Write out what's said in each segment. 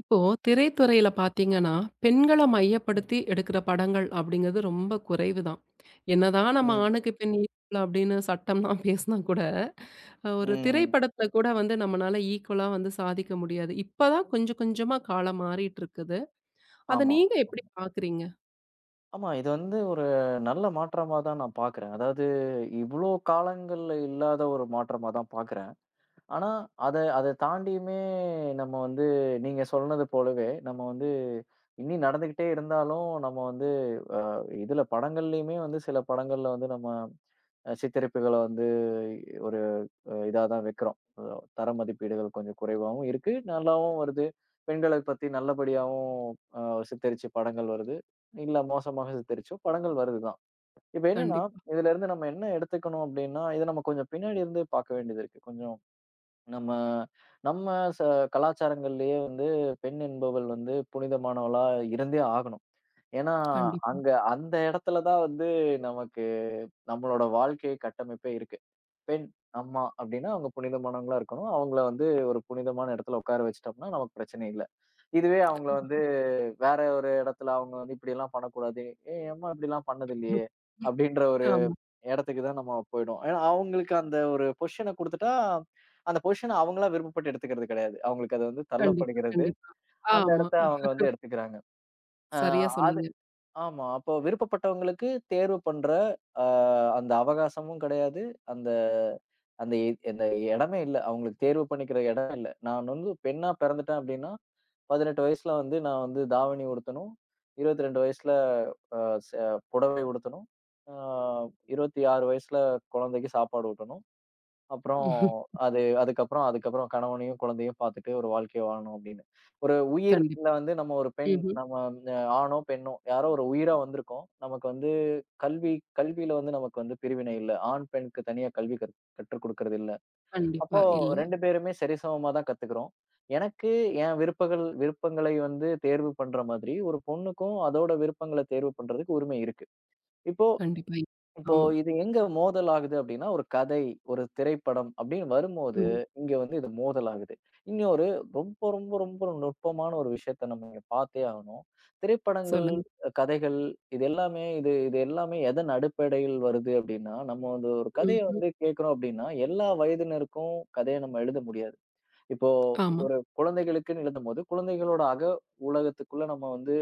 இப்போ திரைத்துறையில பார்த்தீங்கன்னா, பெண்கள ம். மையப்படுத்தி எடுக்கிற படங்கள் அப்படிங்கிறது ரொம்ப குறைவு தான். என்னதான் நம்ம ம். ஆணுக்கு பெண் ஈக்குவல் அப்படின்னு சட்டம்லாம் பேசினா கூட, ஒரு ம். திரைப்படத்துல கூட வந்து நம்மனால ஈக்குவலா வந்து சாதிக்க முடியாது. இப்பதான் கொஞ்சம் கொஞ்சமா காலம் மாறிட்டு இருக்குது. அத ஆமா. நீங்க எப்படி பார்க்குறீங்க? ஆமா. இது வந்து ஒரு நல்ல மாற்றமா தான் நான் பார்க்குறேன். அதாவது இவ்ளோ காலங்கள்ல இல்லாத ஒரு மாற்றமா தான் பார்க்குறேன். ஆனா, அத அத தாண்டியுமே நம்ம வந்து நீங்க சொன்னது போலவே நம்ம வந்து இனி நடந்துகிட்டே இருந்தாலும் நம்ம வந்து இதுல படங்கள்லயுமே வந்து சில படங்கள்ல வந்து நம்ம சித்தரிப்புகள வந்து ஒரு இதா தான் வைக்கிறோம். தர மதிப்பீடுகள் கொஞ்சம் குறைவாவும் இருக்கு. நல்லாவும் வருது. பெண்களை பத்தி நல்லபடியாவும் அ சித்தரிச்ச படங்கள் வருது. இல்ல மோசமாக சித்தரிச்சும் படங்கள் வருது தான். இப்ப என்னன்னா, கண்டிப்பா, இதுல இருந்து நம்ம என்ன எடுத்துக்கணும் அப்டின்னா, இத நம்ம கொஞ்சம் பின்னாடி இருந்து பார்க்க வேண்டியது இருக்கு. கொஞ்சம் நம்ம நம்ம ச கலாச்சாரங்கள்லயே வந்து பெண் என்பவள் வந்து புனிதமானவளா இருந்தே ஆகணும். ஏன்னா, கண்டிப்பா. அங்க அந்த இடத்துல தான் வந்து நமக்கு நம்மளோட வாழ்க்கை கட்டமைப்பே இருக்கு. பெண் அம்மா அப்டின்னா, அவங்க புனிதமானவங்களா இருக்கணும். அவங்கள வந்து ஒரு புனிதமான இடத்துல உட்கார வச்சுட்டோம்னா, நமக்கு பிரச்சனை இல்ல. இதுவே அவங்கள வந்து வேற ஒரு இடத்துல அவங்க வந்து இப்படிலாம் பண்ணக்கூடாது. "ஏய் அம்மா இப்படிலாம் பண்ணது ம். இல்லையே!" அப்படின்ற ஒரு ஆமா. இடத்துக்கு தான் நம்ம போயிடும். ஏன்னா, அவங்களுக்கு அந்த ஒரு பொசிஷன குடுத்துட்டா, அந்த பொசிஷன அவங்களா விருப்பப்பட்டு எடுத்துக்கிறது கிடையாது. அவங்களுக்கு அது வந்து கண்டிப்பா, தள்ளப்படுகிறது. கண்டிப்பா. அந்த ஆமா. இடத்த அவங்க வந்து எடுத்துக்கிறாங்க. அ சரியா சொன்னீங்க. ஆமா. அப்போ விருப்பப்பட்டவங்களுக்கு தேர்வு பண்ற அ அந்த அவகாசமும் கிடையாது. அந்த அந்த எ அந்த இடமே இல்ல. அவங்களுக்கு தேர்வு பண்ணிக்கிற இடம் இல்ல. நான் வந்து பெண்ணா பிறந்துட்டேன் அப்டின்னா, 18 வயசுல வந்து நான் வந்து தாவணி உடுத்தணும். 22 வயசுல அ ச புடவை உடுத்தணும். அ 26 வயசுல குழந்தைக்கு சாப்பாடு ஊட்டணும். அப்புறம் ம்ஹும். அது அதுக்கப்புறம் அதுக்கப்புறம் கணவனையும், குழந்தையும் பார்த்துட்டு ஒரு வாழ்க்கைய வாழணும் அப்படின்னு. ஒரு கண்டிப்பா. உயிர்ல வந்து நம்ம ஒரு பெண் ம்ஹ்ம். நம்ம ஆணோ, பெண்ணோ யாரோ ஒரு உயிரா வந்திருக்கோம். நமக்கு வந்து கல்வி கல்வியில வந்து நமக்கு வந்து பிரிவினை இல்ல. ஆண், பெண்ணுக்கு தனியா கல்வி கற்றுக் கொடுக்கிறது இல்ல. கண்டிப்பா. அப்போ இல்ல. 2 பேருமே சரிசமமா தான் கத்துக்கிறோம். எனக்கு என் விருப்பங்களை வந்து தேர்வு பண்ற மாதிரி, ஒரு பொண்ணுக்கும் அதோட விருப்பங்கள தேர்வு பண்றதுக்கு உரிமை இருக்கு. இப்போ கண்டிப்பா. இப்போ ஆமா. இது எங்க மோதல் ஆகுது அப்டின்னா, ஒரு கதை, ஒரு திரைப்படம் அப்டின்னு வரும்போது, ம். இங்க வந்து இது மோதல் ஆகுது. இன்னொரு ரொம்ப ரொம்ப ரொம்ப நுட்பமான ஒரு விஷயத்த நம்ம இங்க பார்த்தே ஆகணும். திரைப்படங்கள், சொல்லுங்க. கதைகள் இது எல்லாமே இது இது எல்லாமே எதன் அடிப்படையில் வருது அப்டின்னா, நம்ம வந்து ஒரு கதைய ம்ஹ்ம். வந்து கேட்கிறோம் அப்டின்னா, எல்லா வயதினருக்கும் கதைய நம்ம எழுத முடியாது. இப்போ ஆமா. ஒரு குழந்தைகளுக்குன்னு எழுதும்போது, குழந்தைகளோட உலகத்துக்குள்ள நம்ம வந்து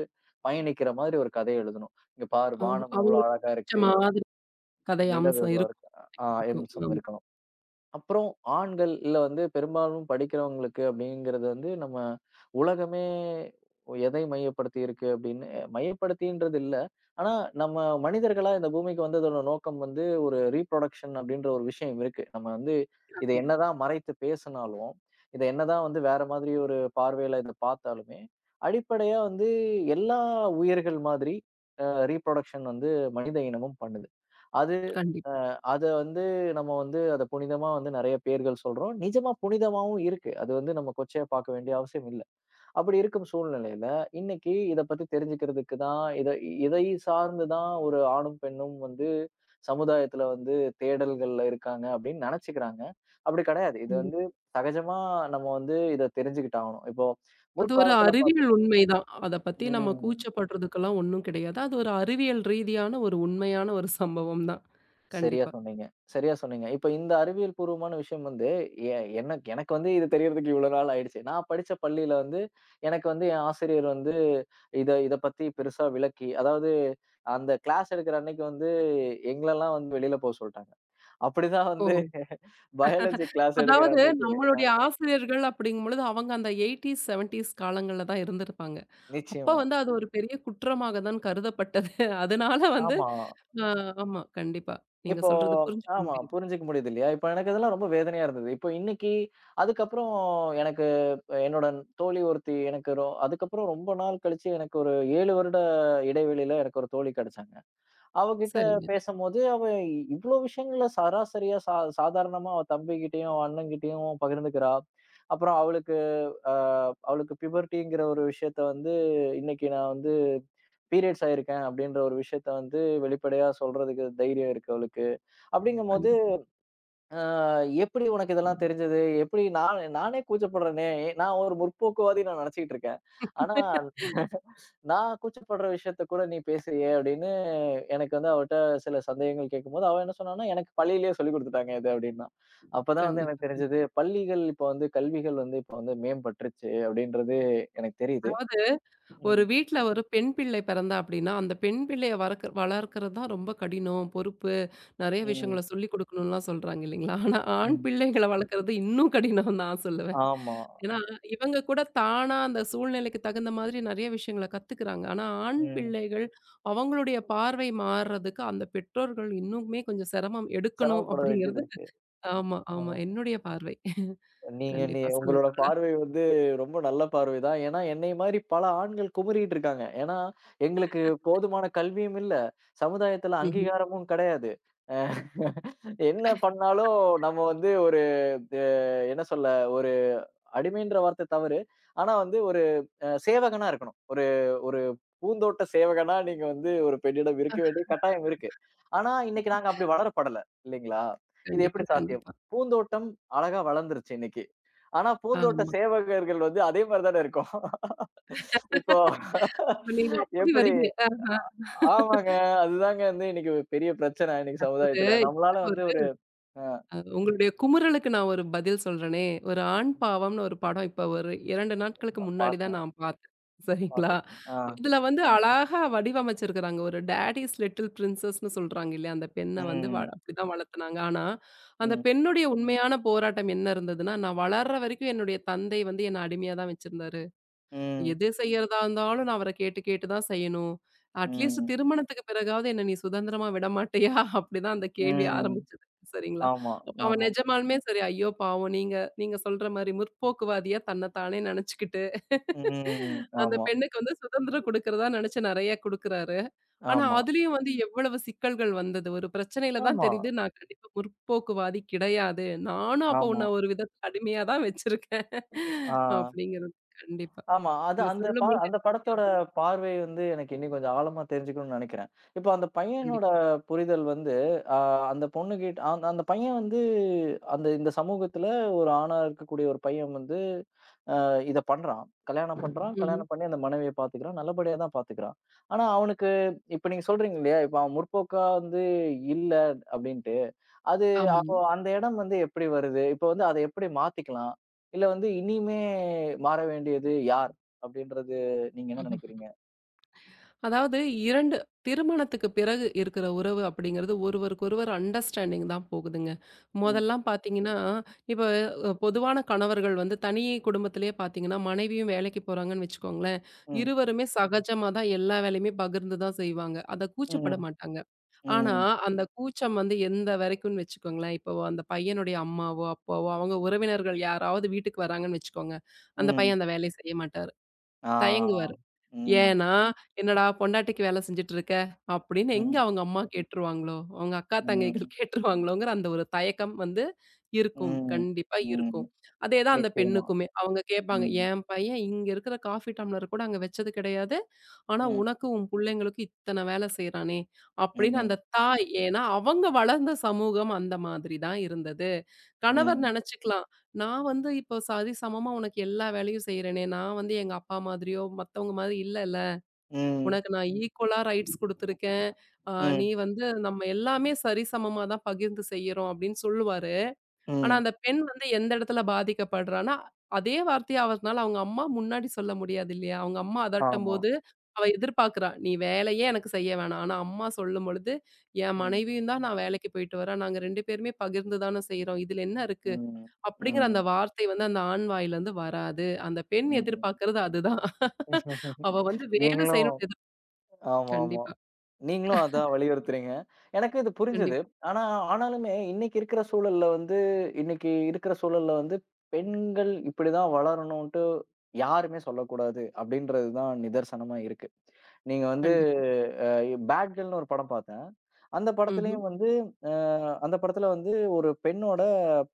பயணிக்கிற மாதிரி ஒரு கதைய எழுதணும். "இங்க பாரு ஆமா. வானம் எவ்ளோ அவங்களுக்கு அழகா புடிச்ச இருக்கு. மாதிரி கதை அம்சம் நிலவுகளா இருக்கும். இருக்கு." ஆ இருக்கும். எம்சம் ஆமா, இருக்கலாம். அப்புறம் ஆண்கள் இல்ல வந்து பெரும்பாலும் படிக்கிறவங்களுக்கு அப்படிங்கிறது வந்து நம்ம உலகமே எதை மையப்படுத்தி இருக்கு அப்படின்னு மையப்படுத்தின்றது இல்ல. ஆனா நம்ம மனிதர்களா இந்த பூமிக்கு வந்ததோட நோக்கம் வந்து ஒரு ரீப்ரொடக்ஷன் அப்படின்ற ஒரு விஷயம் இருக்கு. நம்ம வந்து இத ஆமா. என்னதான் மறைத்து பேசினாலும், இத என்னதான் வந்து வேற மாதிரி ஒரு பார்வையில இத பார்த்தாலுமே, அடிப்படையா வந்து எல்லா உயிர்கள் மாதிரி அ ரீப்ரொடக்ஷன் வந்து மனித இனமும் பண்ணுது. அது அ கண்டிப்பா, அத வந்து நம்ம வந்து அத புனிதமா வந்து நெறைய பேர்கள் சொல்றோம். நிஜமா புனிதமாவும் இருக்கு. அது வந்து நம்ம கொச்சையா பார்க்க வேண்டிய அவசியம் இல்ல. அப்படி இருக்கும் சூழ்நிலையில, இன்னைக்கு இத பத்தி தெரிஞ்சுக்கிறதுக்கு தான், இத இதை சார்ந்து தான் ஒரு ஆணும், பெண்ணும் வந்து சமுதாயத்துல வந்து தேடல்கள்ல இருக்காங்க அப்படின்னு நெனச்சுக்கிறாங்க. அப்படி கெடையாது. இது கண்டிப்பா. வந்து சகஜமா நம்ம வந்து இத தெரிஞ்சுக்கிட்டாகணும். இப்போ அது ஒரு முற்காலத்துல அறிவியல் பாத்தீங் உண்மைதான். அத பத்தி நம்ம ம். கூச்சப்படுறதுக்கெல்லாம் ஒண்ணும் கிடையாது. அது ஒரு அறிவியல் ரீதியான ஒரு உண்மையான ஒரு சம்பவம் தான். சரியா கண்டிப்பா. சொன்னீங்க, சரியா சொன்னீங்க. இப்ப இந்த அறிவியல் பூர்வமான விஷயம் வந்து, எ எனக்கு எனக்கு வந்து இது தெரியறதுக்கு இவ்வளோ நாள் ஆயிடுச்சு. நான் படிச்ச பள்ளியில வந்து, எனக்கு வந்து என் ஆசிரியர் வந்து இத இத பத்தி பெருசா விளக்கி, அதாவது அந்த கிளாஸ் எடுக்கிற அன்னைக்கு வந்து எங்களெல்லாம் வந்து வெளியில போ சொல்ட்டாங்க. அப்படிதான் ஓ! வந்து பயாலஜி கிளாஸ் எடுக்கிற அதாவது அன்னைக்கு நம்மளுடைய ஆசிரியர்கள் அப்படிங்கும்பொழுது, அவங்க அந்த 80ஸ், 70ஸ் காலங்கள்ல தான் இருந்திருப்பாங்க. அப்ப நிச்சயமா. வந்து அது ஒரு பெரிய குற்றமாக தான் கருதப்பட்டது. அதனால வந்து ஆமா. அ ஆமா, கண்டிப்பா. நீங்க இப்போ சொல்றது புரிஞ்சுக்க ஆமா முடியுது. புரிஞ்சுக்க முடியுது இல்லையா? இப்போ எனக்கு இதெல்லாம் ரொம்ப வேதனையா இருந்தது. இப்போ இன்னைக்கு அதுக்கப்புறம் எனக்கு என்னோட தோழி ஒருத்தி எனக்கு அதுக்கப்புறம் ரொம்ப நாள் கழிச்சு எனக்கு ஒரு 7 வருட இடைவெளியில எனக்கு ஒரு தோழி கிடைச்சாங்க. அவகிட்ட சரிங்க. பேசம்போது அவ இவ்ளோ விஷயங்கள சராசரியா சாதாரணமா அவ தம்பிகிட்டயும், அவ அண்ணன்கிட்டயும் பகிர்ந்துக்கிறா. அப்புறம் அவளுக்கு அ அவளுக்கு பிபர்ட்டிங்கிற ஒரு விஷயத்த வந்து இன்னைக்கு நான் வந்து பீரியட்ஸ் ஆயிருக்கேன் அப்படின்ற ஒரு விஷயத்த வந்து வெளிப்படையா சொல்றதுக்கு தைரியம் இருக்கு அவளுக்கு. அப்படிங்கும்போது கண்டிப்பா. எப்படி உனக்கு இதெல்லாம் தெரிஞ்சது? எப்படி நான் நானே கூச்சப்படுறேனே! நான் ஒரு முற்போக்குவாதி நான் நினச்சுக்கிட்டு இருக்கேன். ஆனா, நான் கூச்சப்படுற விஷயத்த கூட நீ பேசுறியே! அப்படின்னு எனக்கு வந்து அவட்ட சில சந்தேகங்கள் கேட்கும்போது, அவ என்ன சொன்னான்னா, எனக்கு பள்ளியிலேயே சொல்லிக் குடுத்துட்டாங்க இது அப்படின்னா. அப்பதான் வந்து கண்டிப்பா. எனக்கு தெரிஞ்சது, பள்ளிகள் இப்ப வந்து கல்விகள் வந்து இப்ப வந்து மேம்பட்டுருச்சு அப்படின்றது எனக்கு தெரியுது. அதாவது ஒரு ம், வீட்ல ஒரு பெண் பிள்ளை பிறந்தா அப்படின்னா, அந்த பெண் பிள்ளைய வளர்க்கிறது தான் ரொம்ப கடினம், பொறுப்பு. நெறைய ம், விஷயங்கள சொல்லிக் குடுக்கணும்லாம் சொல்றாங்க இல்லைங்களா? ஆனா, ஆண் ம். பிள்ளைகள வளர்க்கறது இன்னும் கடினம்னு நான் சொல்லுவேன். ஆமா. ஏன்னா, இவங்க கூட தானா அந்த சூழ்நிலைக்கு தகுந்த மாதிரி நெறைய விஷயங்கள கத்துக்கிறாங்க. ஆனா, ஆண் ம். பிள்ளைகள் அவங்களுடைய பார்வை மாறுறதுக்கு அந்த பெற்றோர்கள் இன்னுமே கொஞ்சம் சிரமம் எடுக்கணும் சிரமப்பட வேண்டியது அப்படிங்கிறது இருக்கு. ஆமா, ஆமா. ஆமா. என்னுடைய பார்வை. நீங்க நீ கண்டிப்பா. சொல்லுங்க. உங்களோட பார்வை வந்து ரொம்ப நல்ல பார்வை தான். ஏன்னா, என்னைய மாரி பல ஆண்கள் குமுறிட்டு இருக்காங்க. ஏன்னா, எங்களுக்கு போதுமான கல்வியும் இல்ல. சமுதாயத்துல ம்ஹ்ம். அங்கீகாரமும் கிடையாது. அ என்ன பண்ணாலும் நம்ம வந்து ஒரு அ என்ன சொல்ல ஒரு அடிமைன்ற வார்த்தை தவறு. ஆனா வந்து ஒரு சேவகனா இருக்கணும். ஒரு ஒரு பூந்தோட்ட சேவகனா நீங்க வந்து ஒரு பெண்ணிடம் இருக்க வேண்டிய கட்டாயம் இருக்கு. ஆனா, இன்னைக்கு நாங்க அப்படி வளரப்படல இல்லைங்களா? இது எப்படி கண்டிப்பா, சாத்தியம்? கண்டிப்பா. பூந்தோட்டம் அழகா வளர்ந்துருச்சு இன்னைக்கு. ஆனா பூந்தோட்ட ஆமா. சேவகர்கள் வந்து அதே மாரி தானே இருக்கோம். இப்போ இப்ப நீங்க அப்படி எப்படி வர்றீங்க. ஆ ஆமாங்க. அதுதாங்க வந்து இன்னைக்கு ஒரு பெரிய பிரச்சனை இன்னைக்கு அதாவது சமுதாயத்துல. நம்மளால இப்ப ஒரு வந்து ஒரு அ உங்களுடைய குமுறலுக்கு நான் ஒரு பதில் சொல்றேனே! ஒரு ஆண் பாவம்ன்னு ஒரு படம் இப்ப ஒரு 2 நாட்களுக்கு நான் முன்னாடி தான் பார்த்தேன், நான் பார்த்தேன். சரிங்களா? பார்த்துட்டேன். ஆ. அதுல வந்து அழகா வடிவமைச்சிருக்கிறாங்க. ஒரு டாடிஸ் லிட்டில் பிரின்சஸ்ன்னு சொல்றாங்க இல்லையா? அந்த பெண்ண வந்து ம். அப்படிதான் வளர்த்துனாங்க. ஆனா, அந்த ம். பெண்ணுடைய உண்மையான போராட்டம் என்ன இருந்ததுன்னா, நான் வளர்ற வரைக்கும் என்னுடைய தந்தை வந்து என்ன அடிமையா தான் வச்சிருந்தாரு. ம். எது செய்யறதா இருந்தாலும் நான் அவர கேட்டு கேட்டு தான் செய்யணும். அட்லீஸ்ட் ம். திருமணத்துக்கு பிறகாவது என்ன நீ சுதந்திரமா விடமாட்டியா? அப்படிதான் அந்த கேள்வி ம். ஆரம்பிச்சது. சரிங்களா? ஆமா, அப்ப அவன் ஆமா. நிஜமாலுமே சரி, ஐயோ பாவம் நீங்க நீங்க சொல்ற மாரி முற்போக்குவாதியா தன்ன தானே நெனச்சுக்கிட்டு, ம். அந்த ஆமா, பெண்ணுக்கு வந்து சுதந்திரம் குடுக்கிறதா நெனச்சு நெறைய குடுக்குறாரு. ஆனா ஆமா, அதுலயும் வந்து எவ்வளவு சிக்கல்கள் வந்தது. ஒரு பிரச்சனையில தான் ஆமா, தெரியுது நான் கண்டிப்பா முற்போக்குவாதி கிடையாது. நானும் அப்ப ஆமா. உன்ன ஒரு விதத்துல அடிமையா தான் வச்சிருக்கேன். ஆ. அப்படிங்கிறது. கண்டிப்பா. ஆமா. அது நீங்க அந்த சொல்லும்போது அந்த எனக்கு படத்தோட ஞாபகம் வருது. பார்வை வந்து எனக்கு இன்னும் கொஞ்சம் ஆழமா தெரிஞ்சுக்கணும்னு நெனைக்கிறேன். இப்போ அந்த பையனோட கண்டிப்பா. புரிதல் வந்து, அ அந்த பொண்ணுகிட்ட அந்த அந்த பையன் வந்து அந்த இந்த சமூகத்துல ஒரு ஆணா இருக்கக்கூடிய ஒரு பையன் வந்து இத பண்றான். கல்யாணம் பண்றான். ம்ஹ்ம். கல்யாணம் பண்ணி அந்த மனைவிய பாத்துக்கிறான். நல்லபடியா தான் பாத்துக்கிறான். ஆனா அவனுக்கு இப்ப நீங்க சொல்றீங்க இல்லையா? இப்ப அவன் முற்போக்கா வந்து இல்ல அப்டின்ட்டு. அது ஆமாங்க. அப்போ அந்த இடம் வந்து எப்படி வருது? இப்போ வந்து அத எப்படி மாத்திக்கலாம்? இல்ல வந்து இனிமே மாற வேண்டியது யார்? அப்படின்றது நீங்க என்ன ம்ஹ்ம். நினைக்கிறீங்க? அதாவது 2 திருமணத்துக்கு பிறகு இருக்கிற உறவு அப்படிங்கிறது ஒருவருக்கொருவர் அண்டர்ஸ்டாண்டிங் தான் போகுதுங்க. ம், மொதல்லாம் பார்த்தீங்கன்னா, இப்ப பொதுவான கணவர்கள் வந்து தனி குடும்பத்திலேயே பார்த்தீங்கன்னா, மனைவியும் வேலைக்கு போறாங்கன்னு வச்சுக்கோங்களேன், ம், இருவருமே சகஜமா தான் எல்லா வேலையுமே பகிர்ந்து தான் செய்வாங்க. அத கூச்சப்பட ம், மாட்டாங்க. ஆனா, ம், அந்த கூச்சம் வந்து எந்த வரைக்கும்னு வச்சுக்கோங்களேன், இப்போ அந்த பையனுடைய அம்மாவோ, அப்பாவோ அவங்க உறவினர்கள் யாராவது வீட்டுக்கு வராங்கன்னு வச்சுக்கோங்க, அந்த பையன் ம். அந்த வேலைய செய்ய மாட்டாரு. தயங்குவாரு. ஆ. ம், ஏன்னா, "என்னடா பொண்டாட்டிக்கு வேல செஞ்சுட்டு இருக்க" அப்படின்னு எங்க ம், அவங்க அம்மா கேட்டுருவாங்களோ, அவங்க அக்கா தங்கைகள் ம், கேட்டுருவாங்களோங்கிற அந்த ஒரு தயக்கம் வந்து இருக்கும். ம், கண்டிப்பா ம். இருக்கும். அதேதான் அந்த நிச்சயமா. பெண்ணுக்குமே. அவங்க கேட்பாங்க, ம், "என் பையன் இங்க இருக்கிற காஃபி டம்ளர் கூட அங்க வச்சது கிடையாது. ஆனா ம், உனக்கு, உன் புள்ளைங்களுக்கும் இத்தன வேல செய்றானே" ம், அப்படின்னு ம், அந்த தாய் ஏன்னா அவங்க வளர்ந்த சமூகம் அந்த மாதிரி தான் இருந்தது. கணவர் ம், நெனச்சுக்கலாம், "நான் வந்து இப்போ சரிசமமா உனக்கு எல்லா வேலையும் செய்றேனே, நான் வந்து எங்க அப்பா மாதிரியோ, மத்தவங்க மாதிரி இல்லல" ம், உனக்கு நான் ஈக்குவலா ரைட்ஸ் குடுத்துருக்கேன். அ நீ வந்து நம்ம எல்லாமே சரிசமமா தான் பகிர்ந்து செய்யுறோம் அப்படின்னு சொல்லுவாரு. ஆனா ம். அந்த பெண் வந்து எந்த இடத்துல பாதிக்கப்படுறான்னா, அதே வார்த்தைய அவர்னால அவங்க அம்மா முன்னாடி சொல்ல முடியாது இல்லையா? அவங்க அம்மா ஆமா. அதட்டும்போது அவ எதிர்பார்க்கிறா. நீ வேலையே எனக்கு செய்ய வேணாம். ஆனா அம்மா சொல்லும்பொழுது, என் ம், மனைவியும் தான் நான் வேலைக்கு போயிட்டு வரேன். நாங்க 2 பேருமே பகிர்ந்து தான செய்றோம். இதுல என்ன இருக்கு? ம், அப்படிங்கிற அந்த ம், வார்த்தை வந்து அந்த ஆண் வாயிலருந்து வராது. அந்த பெண் ம். எதிர்பார்க்கிறது அதுதான். அவ வந்து வேலை நீங்களும் செய்யணும்னு எதிர் ஆமா, ஆமா. கண்டிப்பா. நீங்களும் அதான் வலியுறுத்துறீங்க. எனக்கு இது புரிஞ்சது. கண்டிப்பா, ஆனா, ஆனாலுமே இன்னைக்கு இருக்கிற சூழல்ல வந்து இன்னைக்கு இருக்கிற சூழல்ல வந்து பெண்கள் இப்படிதான் வளரணும்ன்ட்டு யாருமே சொல்லக்கூடாது அப்படின்றது தான் நிதர்சனமா இருக்கு. நீங்க வந்து கண்டிப்பா. அ பேட் கேர்ள்னு ஒரு படம் பார்த்தேன். அந்த ம்ஹ்ம். படத்துலயும் வந்து அ அந்த படத்துல வந்து ஒரு பெண்ணோட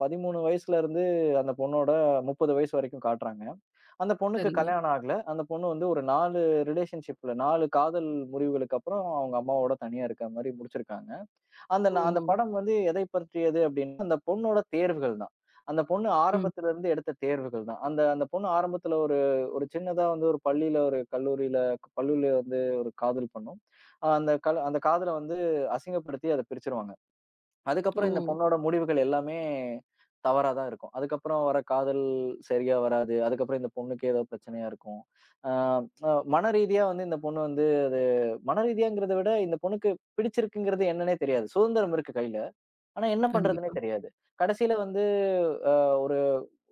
13 வயசுல இருந்து அந்த பொண்ணோட 30 வயசு வரைக்கும் காட்டுறாங்க. அந்த பொண்ணுக்கு சரிங்க. கல்யாணம் ஆகல. அந்த பொண்ணு வந்து ஒரு 4 ரிலேஷன்ஷிப்ல 4 காதல் முறிவுகளுக்கு அப்புறம் அவங்க அம்மாவோட தனியா இருக்கிற மாரி முடிச்சிருக்காங்க. அந்த அந்த ஓஹோ! படம் வந்து எதை பற்றியது அப்டின்னா, அந்த பொண்ணோட தேர்வுகள் தான். அந்த பொண்ணு ம். ஆரம்பத்துல இருந்து எடுத்த தேர்வுகள் தான். அந்த அந்த பொண்ணு ஆரம்பத்துல ஒரு ஒரு சின்னதா வந்து ஒரு பள்ளியில, ஒரு கல்லூரியில பள்ளியில வந்து ஒரு காதல் பண்ணும். அந்த அந்த காதல வந்து அசிங்கப்படுத்தி அத பிரிச்சுருவாங்க. ஓ! அதுக்கப்புறம் இந்த பொண்ணோட முடிவுகள் எல்லாமே தவறா தான் இருக்கும். அதுக்கப்புறம் வர காதல் சரியா வராது. அதுக்கப்புறம் இந்த பொண்ணுக்கு ஏதோ பிரச்சனையா இருக்கும். அ அ மனரீதியா வந்து இந்த பொண்ணு வந்து அது மனரீதியாங்கிறத விட இந்த பொண்ணுக்கு பிடிச்சிருக்குங்கிறது என்னன்னே தெரியாது. சுதந்திரம் இருக்கு கையில. ஆனா என்ன பண்றதுன்னே கண்டிப்பா. தெரியாது. கடைசியில வந்து அ ஒரு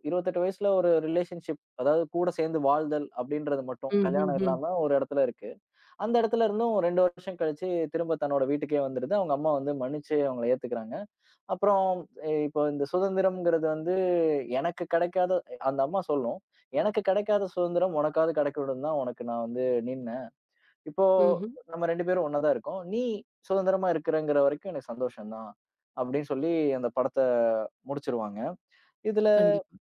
28 வயசுல ஒரு ரிலேஷன்ஷிப் அதாவது கூட சேர்ந்து வாழ்தல் அப்படின்றது மட்டும். ம், ம், கல்யாணம் ம். இல்லாம ஒரு இடத்துல இருக்கு. அந்த இடத்துல இருந்தும் 2 வருஷம் கழிச்சு திரும்ப தன்னோட வீட்டுக்கே வந்துருது. அவங்க அம்மா வந்து மன்னிச்சு அவங்கள ஏத்துக்குறாங்க. அப்புறம் இப்போ இந்த சுதந்திரம்ங்கிறது வந்து எனக்கு கிடைக்காத அந்த அம்மா சொல்லும். "எனக்கு கிடைக்காத சுதந்திரம் உனக்காவது கிடைக்கணும்னு தான் உனக்கு நான் வந்து நின்னேன். இப்போ ம்ஹ்ம். நம்ம 2 பேரும் ஒண்ணா தான் இருக்கோம். நீ சுதந்திரமா இருக்கிறங்கிற வரைக்கும் எனக்கு சந்தோஷம் தான்." அப்படின்னு சொல்லி அந்த படத்த முடிச்சிருவாங்க. இதுல கண்டிப்பா.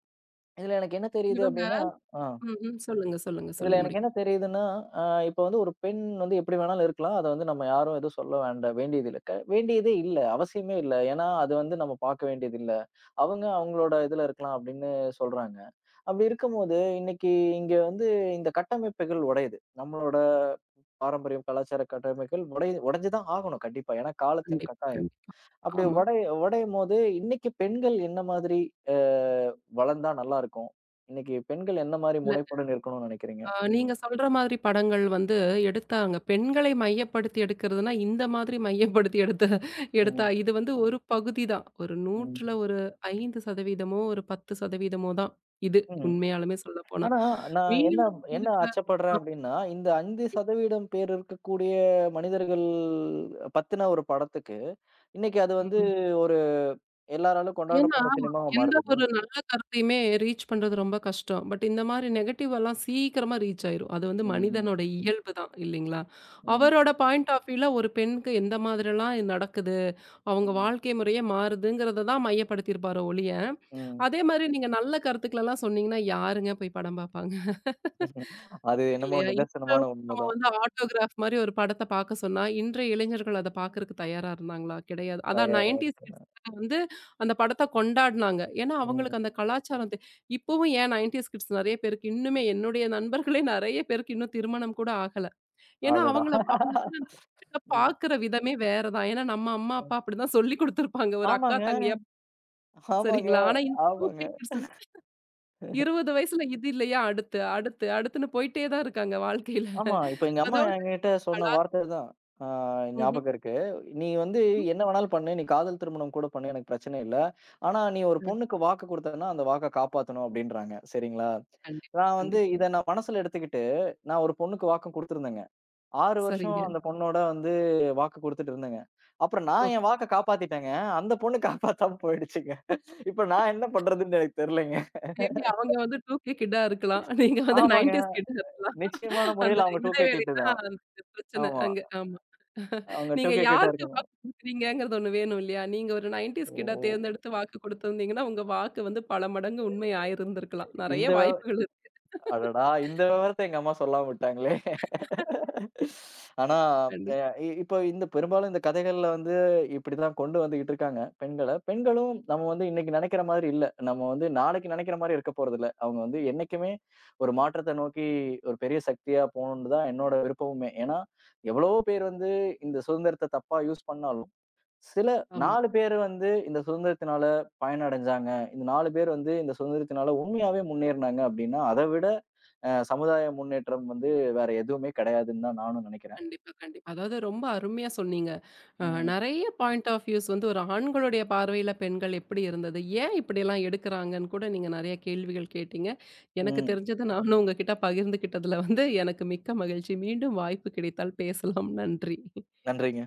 இதுல எனக்கு என்ன தெரியுது இவங்க அப்படின்னா ஆ. ம்ஹ்ம். சொல்லுங்க, சொல்லுங்க. சொல்லி இதுல எனக்கு முடிங்க. என்ன தெரியுதுன்னா, அ இப்ப வந்து ஒரு பெண் வந்து எப்படி வேணாலும் இருக்கலாம். அத வந்து நம்ம யாரும் எதுவும் சொல்ல வேண்டியதில்ல. வேண்டியதே இல்ல. அவசியமே இல்ல. ஏன்னா, அது வந்து நம்ம பார்க்க வேண்டியதில்ல. அவங்க அவங்களோட இதுல இருக்கலாம் அப்படின்னு சொல்றாங்க. அப்படி இருக்கும்போது, இன்னைக்கு இங்க வந்து இந்த கட்டமைப்புகள் உடையுது. நம்மளோட பாரம்பரியம், கலாச்சார கட்டமைப்புகள் உடைஞ்சு தான் ஆகணும் கண்டிப்பா. ஏன்னா காலத்தின் கண்டிப்பா, கட்டாயம். கண்டிப்பா. அப்படி ஆமா. உடையும்போது இன்னைக்கு பெண்கள் என்ன மாதிரி அ வளர்ந்தா நல்லா இருக்கும்? இன்னைக்கு பெண்கள் என்ன மாரி இல்ல முனைப்புடன் இருக்கணும்னு நினைக்கிறீங்க? நீங்க சொல்ற மாதிரி படங்கள் வந்து எடுத்தாங்க. பெண்களை மையப்படுத்தி எடுக்கிறதுனா, இந்த மாதிரி மையப்படுத்தி எடுத்தா ம், இது வந்து ஒரு பகுதி தான். ஒரு 100ல ம், ஒரு 5% ஒரு 10%மோ தான். இது ம். உண்மையாலுமே சொல்லப்போனா. ஆனா, நான் என்ன மீதம் என்ன இருக்கிற ஆச்சப்படுறேன் அ. அப்டின்னா, இந்த 5% பேர் இருக்கக்கூடிய மனிதர்கள் பத்தின ஒரு படத்துக்கு, இன்னைக்கு அது வந்து ம். ஒரு எல்லாராலும் ஏன்னா, கொண்டாடப்படுற சினிமாவா எந்த மாறுதுல்ல. ஒரு நல்ல கருத்தையுமே ரீச் பண்றது ரொம்ப கஷ்டம். பட் இந்த மாரி நெகட்டிவ் எல்லாம் சீக்கிரமா ரீச் ஆயிரும். அது வந்து ம், மனிதனோட இயல்பு தான் இல்லைங்களா? ம், அவரோட பாயிண்ட் ஆஃப் வியூல ஒரு பெண்ணுக்கு எந்த மாதிரிலாம் இது நடக்குது, அவங்க ம், வாழ்க்கை முறையே மாறுதுங்கிறத தான் மையப்படுத்தியிருப்பாரே ஒழிய, ம். அதே மாரி நீங்க நல்ல கருத்துக்களெல்லாம் சொன்னீங்கன்னா, யாருங்க போய் படம் பார்ப்பாங்க? அது என்னமோ இல்லையா? இப்ப நிதர்சனமான நம்ம உண்மதான். வந்து ஆட்டோகிராஃப் மாரி ஒரு படத்த பாக்க சொன்னா, இன்றைய இளைஞர்கள் அத பாக்கறக்கு தயாரா இருந்தாங்களா? கிடையாது. அதான் தயாரா 90ஸ் கிட்ஸ் இருக்கேன். வந்து அந்த படத்த கொண்டாடுனாங்க. ஏன்னா, ம். அவங்களுக்கு அந்த கலாச்சாரம் இப்பவும் ஏன் 90ஸ் கிட்ஸ் நெறைய பேருக்கு இன்னுமே என்னுடைய நண்பர்களே நெறைய பேருக்கு இன்னும் திருமணம் கூட ஆகல. ஏன்னா, அடடா! அவங்கள அவங்க வந்து அந்த கிட்ட ம். பாக்குற விதமே வேற தான். ஏன்னா, நம்ம அம்மா, அப்பா அப்படிதான் சொல்லிக் குடுத்துருப்பாங்க. ஒரு அக்கா, ஆமாங்க, தங்கையா ஆமாங்க, சரிங்களா? ஆனா, ஆமாங்க. 20 வயசுல இது இல்லையா, அடுத்து, அடுத்து, அடுத்துன்னு போயிட்டே தான் இருக்காங்க வாழ்க்கையில. ஆமா. இப்ப எங்க அம்மா அதாவது என்கிட்ட சொன்ன கலா வார்த்தை தான். ஆ ம்ஹ்ம். ஞாபகம் இருக்கு. "நீ வந்து ம். என்ன வேணாலும் பண்ணு. நீ காதல் திருமணம் கூட பண்ணு. எனக்கு பிரச்சனை இல்ல. ஆனா நீ ஒரு ம். பொண்ணுக்கு வாக்கு குடுத்தன்னா, அந்த வாக்க காப்பாத்தணும்" அப்படின்றாங்க. சரிங்களா? கண்டிப்பா, நான் வந்து கண்டிப்பா. இத நான் மனசுல எடுத்துக்கிட்டு, நான் ஒரு பொண்ணுக்கு வாக்கு குடுத்திருந்தேங்க. 6 வருஷம் சரிங்க. அந்த பொண்ணோட வந்து வாக்கு குடுத்துட்டு இருந்தேங்க. அப்புறம் நான் ஓகே. என் வாக்க காப்பாத்திட்டேங்க. அந்த பொண்ணு காப்பாத்தாம போயிடுச்சுங்க. இப்ப நான் என்ன பண்றதுன்னு எனக்கு தெரியலங்க. மேபி அவங்க வந்து 2K கிட்டா இருக்கலாம். நீங்க வந்து ஆமாங்க. 90ஸ் கிட்டா இருக்கலாம். நிச்சயமான அந்த முறையில அவங்க 2K இடைவேளை கிட்டு தான் தான். அந்த பிரச்சனை ஆமா. அங்க. ஆமா. அவங்க நீங்க 2K கிட்டா யாருக்கு இருக்காங்க. வாக்கு குடுக்குறீங்கங்கிறது ஒண்ணு வேணும் இல்லையா? நீங்க ஒரு 90ஸ் கிட்டா ஓ! தேர்ந்தெடுத்து வாக்கு குடுத்திருந்தீங்கன்னா, உங்க வாக்கு வந்து பல மடங்கு உண்மை ஆயிருந்திருக்கலாம். நெறைய இந்த விவ வாய்ப்புகள் இருக்கு. அடடா! இந்த விவரத்த எங்க அம்மா சொல்லாம விட்டாங்களே! ஆனா, அ கண்டிப்பா. இ இப்போ இந்த பெரும்பாலும் இந்த கதைகள்ல வந்து இப்படிதான் கொண்டு வந்துகிட்டு இருக்காங்க, பெண்கள. பெண்களும் நம்ம வந்து இன்னைக்கு நெனைக்கிற மாதிரி இல்ல. நம்ம வந்து நாளைக்கு நெனைக்கிற மாரி இருக்க போறதில்ல. அவங்க வந்து என்னைக்குமே ஒரு மாற்றத்த நோக்கி ஒரு பெரிய சக்தியா போணும்னு தான் என்னோட விருப்பமுமே. ஏன்னா, எவ்வளவோ பேர் வந்து இந்த சுதந்திரத்த தப்பா யூஸ் பண்ணாலும் சில ஆமா. 4 பேரு வந்து இந்த சுதந்திரத்தினால பயனடைஞ்சாங்க. இந்த 4 பேர் வந்து இந்த சுதந்திரத்தினால உண்மையாவே முன்னேறுனாங்க அப்டின்னா, அத விட சமுதாய முன்னேற்றம் வந்து வேற எதுவுமே கிடையாதுன்னு தான் நானும் நெனைக்கிறேன். கண்டிப்பா, கண்டிப்பா. அதாவது ரொம்ப அருமையா சொன்னீங்க. அ ம், நெறைய பாயிண்ட் ஆஃப் வியூஸ் வந்து ஒரு ஆண்களுடைய பார்வையில பெண்கள் எப்படி இருந்தது? ஏன் இப்படியெல்லாம் எடுக்குறாங்கன்னு கூட நீங்க நெறைய கேள்விகள் கேட்டீங்க. எனக்கு ம். தெரிஞ்சத நானும் உங்ககிட்ட பகிர்ந்துக்கிட்டதுல வந்து எனக்கு மிக்க மகிழ்ச்சி. மீண்டும் வாய்ப்பு கிடைத்தால் பேசலாம். நன்றி. நன்றிங்க.